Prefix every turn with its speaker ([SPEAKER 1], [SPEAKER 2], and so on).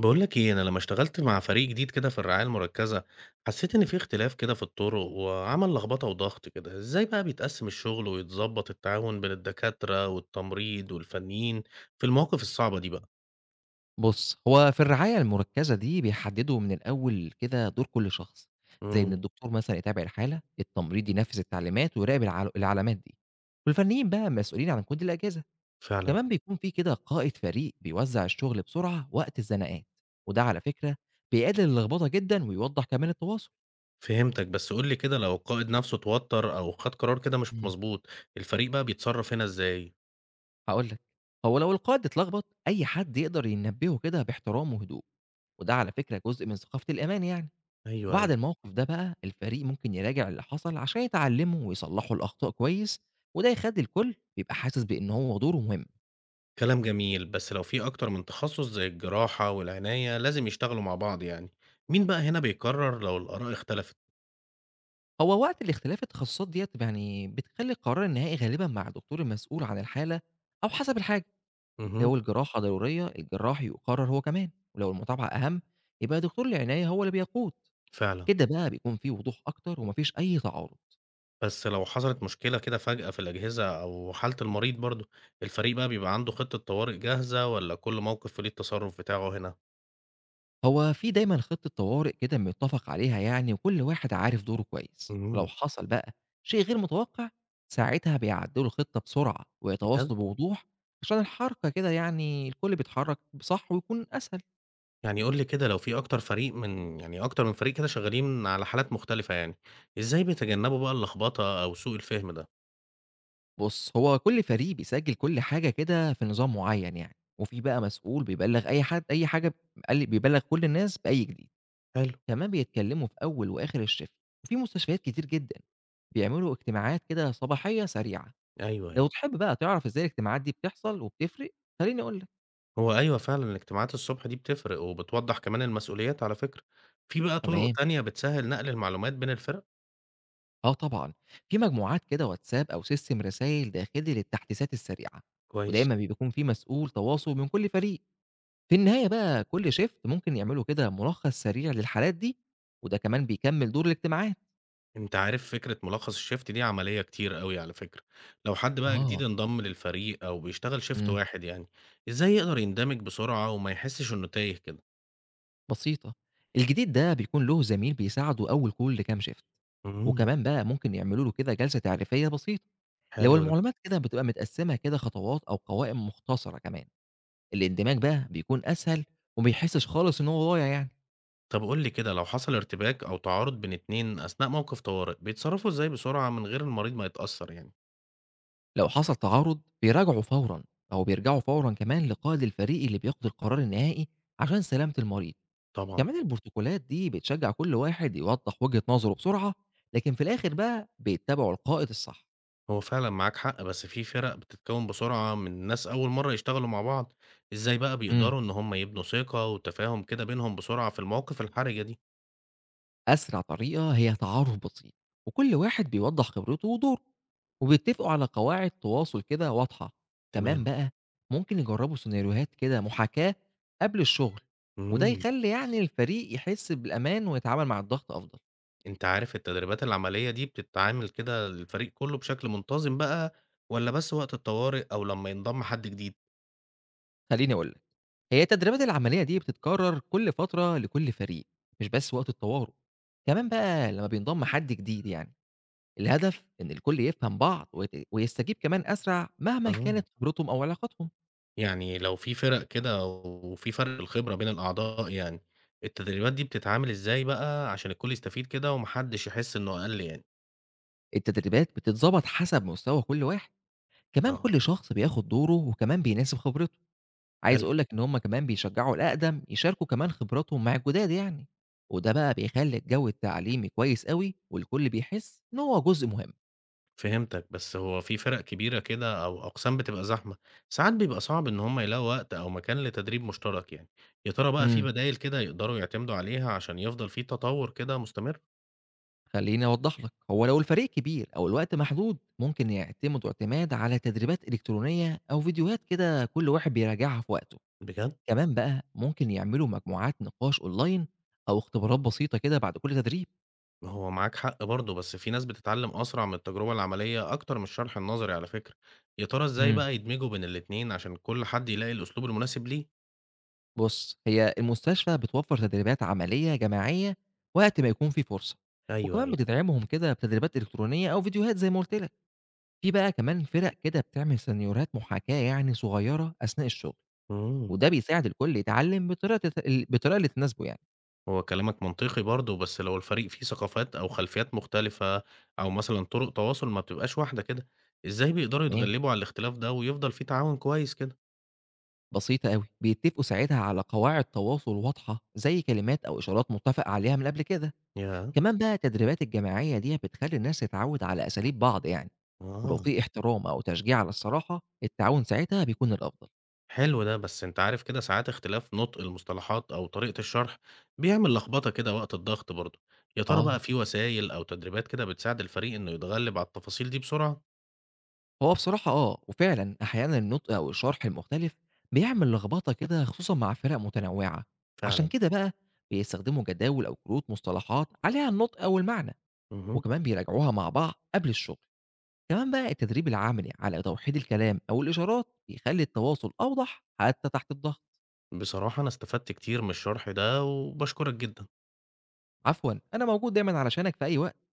[SPEAKER 1] بقول لك ايه؟ انا لما اشتغلت مع فريق جديد كده في الرعايه المركزه، حسيت ان في اختلاف كده في الطرق وعمل لخبطه وضغط كده. ازاي بقى بيتقسم الشغل ويتظبط التعاون بين الدكاتره والتمريض والفنيين في المواقف الصعبه دي بقى؟
[SPEAKER 2] بُص، هو في الرعاية المُركّزة دي بيحدّدوا من الأول كده دور كل شخص، زي إن
[SPEAKER 1] امم.
[SPEAKER 2] الدكتور مثلًا يتابع الحالة، التمريض ينفّذ التعليمات ويراقب العلامات دي، والفنيين بقى مسؤولين عن كود الأجهزة،
[SPEAKER 1] فعلا.
[SPEAKER 2] كمان بيكون في كده قائد فريق بيوزّع الشغل بسرعة وقت الزنقات، وده على فكرة بيقلل اللخبطة جدًا ويوضّح كمان التواصل.
[SPEAKER 1] فهمتك، بس قول لي كده، لو القائد نفسه اتوتر او خد قرار كده مش
[SPEAKER 2] إمم،
[SPEAKER 1] مظبوط، الفريق بقى بيتصرف هنا ازاي؟
[SPEAKER 2] هاقول لك. هو لو القائد اتلخبط، أي حد يقدر ينبّهه كده باحترام وهدوء، وده على فكرة جزء من ثقافة الأمان يعني.
[SPEAKER 1] ايوه،
[SPEAKER 2] وبعد
[SPEAKER 1] ايوه.
[SPEAKER 2] الموقف ده بقى الفريق ممكن يراجع اللي حصل عشان يتعلموا ويصلحوا الأخطاء كويس، وده يخلي الكل يبقى حاسس بأن هو دوره مهم.
[SPEAKER 1] كلام جميل، بس لو في اكتر من تخصص زي الجراحه والعنايه لازم يشتغلوا مع بعض يعني، مين بقى هنا بيقرر لو الاراء اختلفت؟
[SPEAKER 2] هو وقت الاختلاف التخصصات ديت يعني بتخلي القرار النهائي غالبا مع الدكتور المسؤول عن الحالة أو حسب الحاجة.
[SPEAKER 1] امم.
[SPEAKER 2] لو الجراحة ضرورية الجراح يقرر هو كمان، ولو المتابعة أهم يبقى دكتور العناية هو اللي بيقود.
[SPEAKER 1] فعلًا.
[SPEAKER 2] كده بقى بيكون في وضوح أكتر ومفيش أي تعارض.
[SPEAKER 1] بس لو حصلت مشكلة كده فجأة في الأجهزة أو حالة المريض برضه، الفريق بقى بيبقى عنده خطة طوارئ جاهزة والّا كل موقف وليه التصرُّف بتاعه هنا؟
[SPEAKER 2] هو في دايمًا خطة طوارئ كده متّفق عليها يعني وكل واحد عارف دوره كويس، ولو
[SPEAKER 1] إمم.
[SPEAKER 2] حصل بقى شيء غير متوقع، ساعتها بيعدّلوا الخطة بسرعة
[SPEAKER 1] بجد؟
[SPEAKER 2] ويتواصلوا بوضوح عشان الحركة كده يعني الكل بيتحرّك صح ويكون أسهل.
[SPEAKER 1] يعني قُل لي كده، لو في أكتر فريق من يعني أكتر من فريق كده شغّالين على حالات مختلفة يعني، إزاي بيتجنّبوا بقى اللخبطة أو سوء الفهم ده؟
[SPEAKER 2] بُص، هو كل فريق بيسجّل كل حاجة كده في نظام معيّن يعني، وفي بقى مسؤول بيبلّغ أي حد أي حاجة بيبلّغ كل الناس بأي جديد.
[SPEAKER 1] حلو.
[SPEAKER 2] كمان بيتكلّموا في أول وآخر الشيفت، وفي مستشفيات كتير جدًا بيعملوا اجتماعات كده صباحية سريعة.
[SPEAKER 1] أيوه،
[SPEAKER 2] لو
[SPEAKER 1] أيوه.
[SPEAKER 2] تحب بقى تعرف إزاي الاجتماعات دي بتحصل وبتفرق، خلّيني أقول لك.
[SPEAKER 1] هو أيوه فعلًا الاجتماعات الصبح دي بتفرق وبتوضّح كمان المسؤوليات على فكرة. في بقى طُرق
[SPEAKER 2] تمام.
[SPEAKER 1] تانية بتسهّل نقل المعلومات بين الفِرَق؟
[SPEAKER 2] آه طبعًا، في مجموعات كده واتساب أو سيستم رسايل داخلي للتحديثات السريعة،
[SPEAKER 1] كويس.
[SPEAKER 2] ودايمًا بيكون في مسؤول تواصل من كل فريق. في النهاية بقى كل شيفت ممكن يعملوا كده ملخص سريع للحالات دي، وده كمان بيكمل دور الاجتماعات.
[SPEAKER 1] أنت عارف فكرة ملخص الشيفت دي عملية كتير أوي على فكرة، لو حد بقى جديد
[SPEAKER 2] آه،
[SPEAKER 1] انضم للفريق أو بيشتغل شيفت
[SPEAKER 2] إمم.
[SPEAKER 1] واحد يعني، إزاي يقدر يندمج بسرعة وما يحسش إنه تايه كده؟
[SPEAKER 2] بسيطة، الجديد ده بيكون له زميل بيساعده أول كل كام شيفت،
[SPEAKER 1] امم.
[SPEAKER 2] وكمان بقى ممكن يعملوا له كده جلسة تعريفية بسيطة، لو
[SPEAKER 1] حلو ده.
[SPEAKER 2] المعلومات كده بتبقى متقسمة كده خطوات أو قوائم مختصرة كمان. الاندماج بقى بيكون أسهل وما بيحسّش خالص إن هو ضايع يعني.
[SPEAKER 1] طب قول لي كده، لو حصل ارتباك أو تعارض بين اتنين أثناء موقف طوارئ، بيتصرفوا إزاي بسرعة من غير المريض ما يتأثر يعني؟
[SPEAKER 2] لو حصل تعارض بيراجعوا فورًا، أو بيرجعوا فورًا كمان لقائد الفريق اللي بياخد القرار النهائي عشان سلامة المريض.
[SPEAKER 1] طبعًا.
[SPEAKER 2] كمان البروتوكولات دي بتشجّع كل واحد يوضّح وجهة نظره بسرعة، لكن في الآخر بقى بيتّبعوا القائد الصح.
[SPEAKER 1] هو فعلًا معاك حق، بس في فرق بتتكون بسرعة من ناس أول مرة يشتغلوا مع بعض، إزاي بقى
[SPEAKER 2] إمم.
[SPEAKER 1] بيقدروا إن هم يبنوا ثقة وتفاهم كده بينهم بسرعة في المواقف الحرجة دي؟
[SPEAKER 2] أسرع طريقة هي تعارف بسيط، وكل واحد بيوضح خبرته ودوره وبيتفقوا على قواعد تواصل كده واضحة. كمان
[SPEAKER 1] تمام.
[SPEAKER 2] بقى ممكن يجربوا سيناريوهات كده محاكاة قبل الشغل، وده
[SPEAKER 1] امم.
[SPEAKER 2] يخلي يعني الفريق يحس بالأمان ويتعامل مع الضغط أفضل.
[SPEAKER 1] أنت عارف التدريبات العملية دي بتتعامل كده الفريق كله بشكل منتظم بقى والّا بس وقت الطوارئ أو لمّا ينضم حد جديد؟
[SPEAKER 2] خليني أقول لك، هي التدريبات العملية دي بتتكرر كل فترة لكل فريق، مش بس وقت الطوارئ، كمان بقى لما بينضم حد جديد يعني. الهدف ان الكل يفهم بعض ويستجيب كمان اسرع مهما
[SPEAKER 1] آه.
[SPEAKER 2] كانت خبرتهم او علاقاتهم.
[SPEAKER 1] يعني لو في فرق كده وفي فرق في الخبرة بين الأعضاء يعني، التدريبات دي بتتعامل إزاي بقى عشان الكل يستفيد كده وما حدش يحس إنه أقل يعني؟
[SPEAKER 2] التدريبات بتتضبط حسب مستوى كل واحد، كمان
[SPEAKER 1] آه.
[SPEAKER 2] كل شخص بياخد دوره وكمان بيناسب خبرته، عايز
[SPEAKER 1] حلو.
[SPEAKER 2] أقول لك إن هم كمان بيشجعوا الأقدم يشاركوا كمان خبراتهم مع الجداد يعني، وده بقى بيخلي الجو التعليمي كويس أوي والكل بيحس إن هو جزء مهم.
[SPEAKER 1] فهمتك، بس هو في فرق كبيرة كده أو أقسام بتبقى زحمة، ساعات بيبقى صعب إن هم يلاقوا وقت أو مكان لتدريب مشترك يعني، يا ترى بقى في
[SPEAKER 2] امم
[SPEAKER 1] بدايل كده يقدروا يعتمدوا عليها عشان يفضل في تطور كده مستمر؟
[SPEAKER 2] خليني أوضح لك، هو لو الفريق كبير أو الوقت محدود ممكن يعتمدوا اعتماد على تدريبات إلكترونية أو فيديوهات كده كل واحد بيراجعها في وقته،
[SPEAKER 1] بجد؟
[SPEAKER 2] كمان بقى ممكن يعملوا مجموعات نقاش أونلاين أو اختبارات بسيطة كده بعد كل تدريب.
[SPEAKER 1] ما هو معاك حق برضه، بس في ناس بتتعلم أسرع من التجربة العملية أكتر من الشرح النظري على فكرة، يا ترى إزاي
[SPEAKER 2] مم.
[SPEAKER 1] بقى يدمجوا بين الاتنين عشان كل حد يلاقي الأسلوب المناسب ليه؟
[SPEAKER 2] بُص، هي المستشفى بتوفّر تدريبات عملية جماعية وقت ما يكون في فرصة،
[SPEAKER 1] ايوه،
[SPEAKER 2] وكمان
[SPEAKER 1] ايوه.
[SPEAKER 2] بتدعمهم كده بتدريبات إلكترونية أو فيديوهات زي ما قُلت لك. في بقى كمان فرق كده بتعمل سيناريوهات محاكاة يعني صغيرة أثناء الشغل،
[SPEAKER 1] امم.
[SPEAKER 2] وده بيساعد الكل يتعلّم بطريقة تت ال بالطريقة اللي تناسبه يعني،
[SPEAKER 1] هو كلامك منطقي برضه، بس لو الفريق فيه ثقافات أو خلفيات مختلفة أو مثلا طرق تواصل ما بتبقاش واحدة كده، إزاي بيقدروا
[SPEAKER 2] تمام؟
[SPEAKER 1] يتغلبوا على الاختلاف ده ويفضل فيه تعاون كويس كده؟
[SPEAKER 2] بسيطة أوي، بيتفقوا ساعتها على قواعد تواصل واضحة زي كلمات أو إشارات متّفق عليها من قبل كده.
[SPEAKER 1] يا.
[SPEAKER 2] كمان بقى التدريبات الجماعية ديّة بتخلّي الناس تتعوّد على أساليب بعض يعني. ولو
[SPEAKER 1] اه.
[SPEAKER 2] في احترام أو تشجيع على الصراحة، التعاون ساعتها بيكون الأفضل.
[SPEAKER 1] حلو ده، بس انت عارف كده ساعات اختلاف نطق المصطلحات او طريقة الشرح بيعمل لخبطة كده وقت الضغط برضه. يا ترى بقى
[SPEAKER 2] آه،
[SPEAKER 1] في وسائل او تدريبات كده بتساعد الفريق انه يتغلب على التفاصيل دي بسرعة؟
[SPEAKER 2] هو بصراحة آه، وفعلًا أحيانًا النُطق أو الشرح المختلف بيعمل لخبطة كده خصوصًا مع فرق متنوعة، عشان
[SPEAKER 1] فعلا.
[SPEAKER 2] كده بقى بيستخدموا جداول أو كروت مصطلحات عليها النُطق أو المعنى،
[SPEAKER 1] مهم.
[SPEAKER 2] وكمان بيراجعوها مع بعض قبل الشغل. كمان بقى التدريب العملي على توحيد الكلام أو الإشارات بيخلي التواصل أوضح حتى تحت الضغط.
[SPEAKER 1] بصراحة انا استفدت كتير من الشرح ده وبشكرك جدا.
[SPEAKER 2] عفوًا، أنا موجود دايمًا علشانك في أي وقت.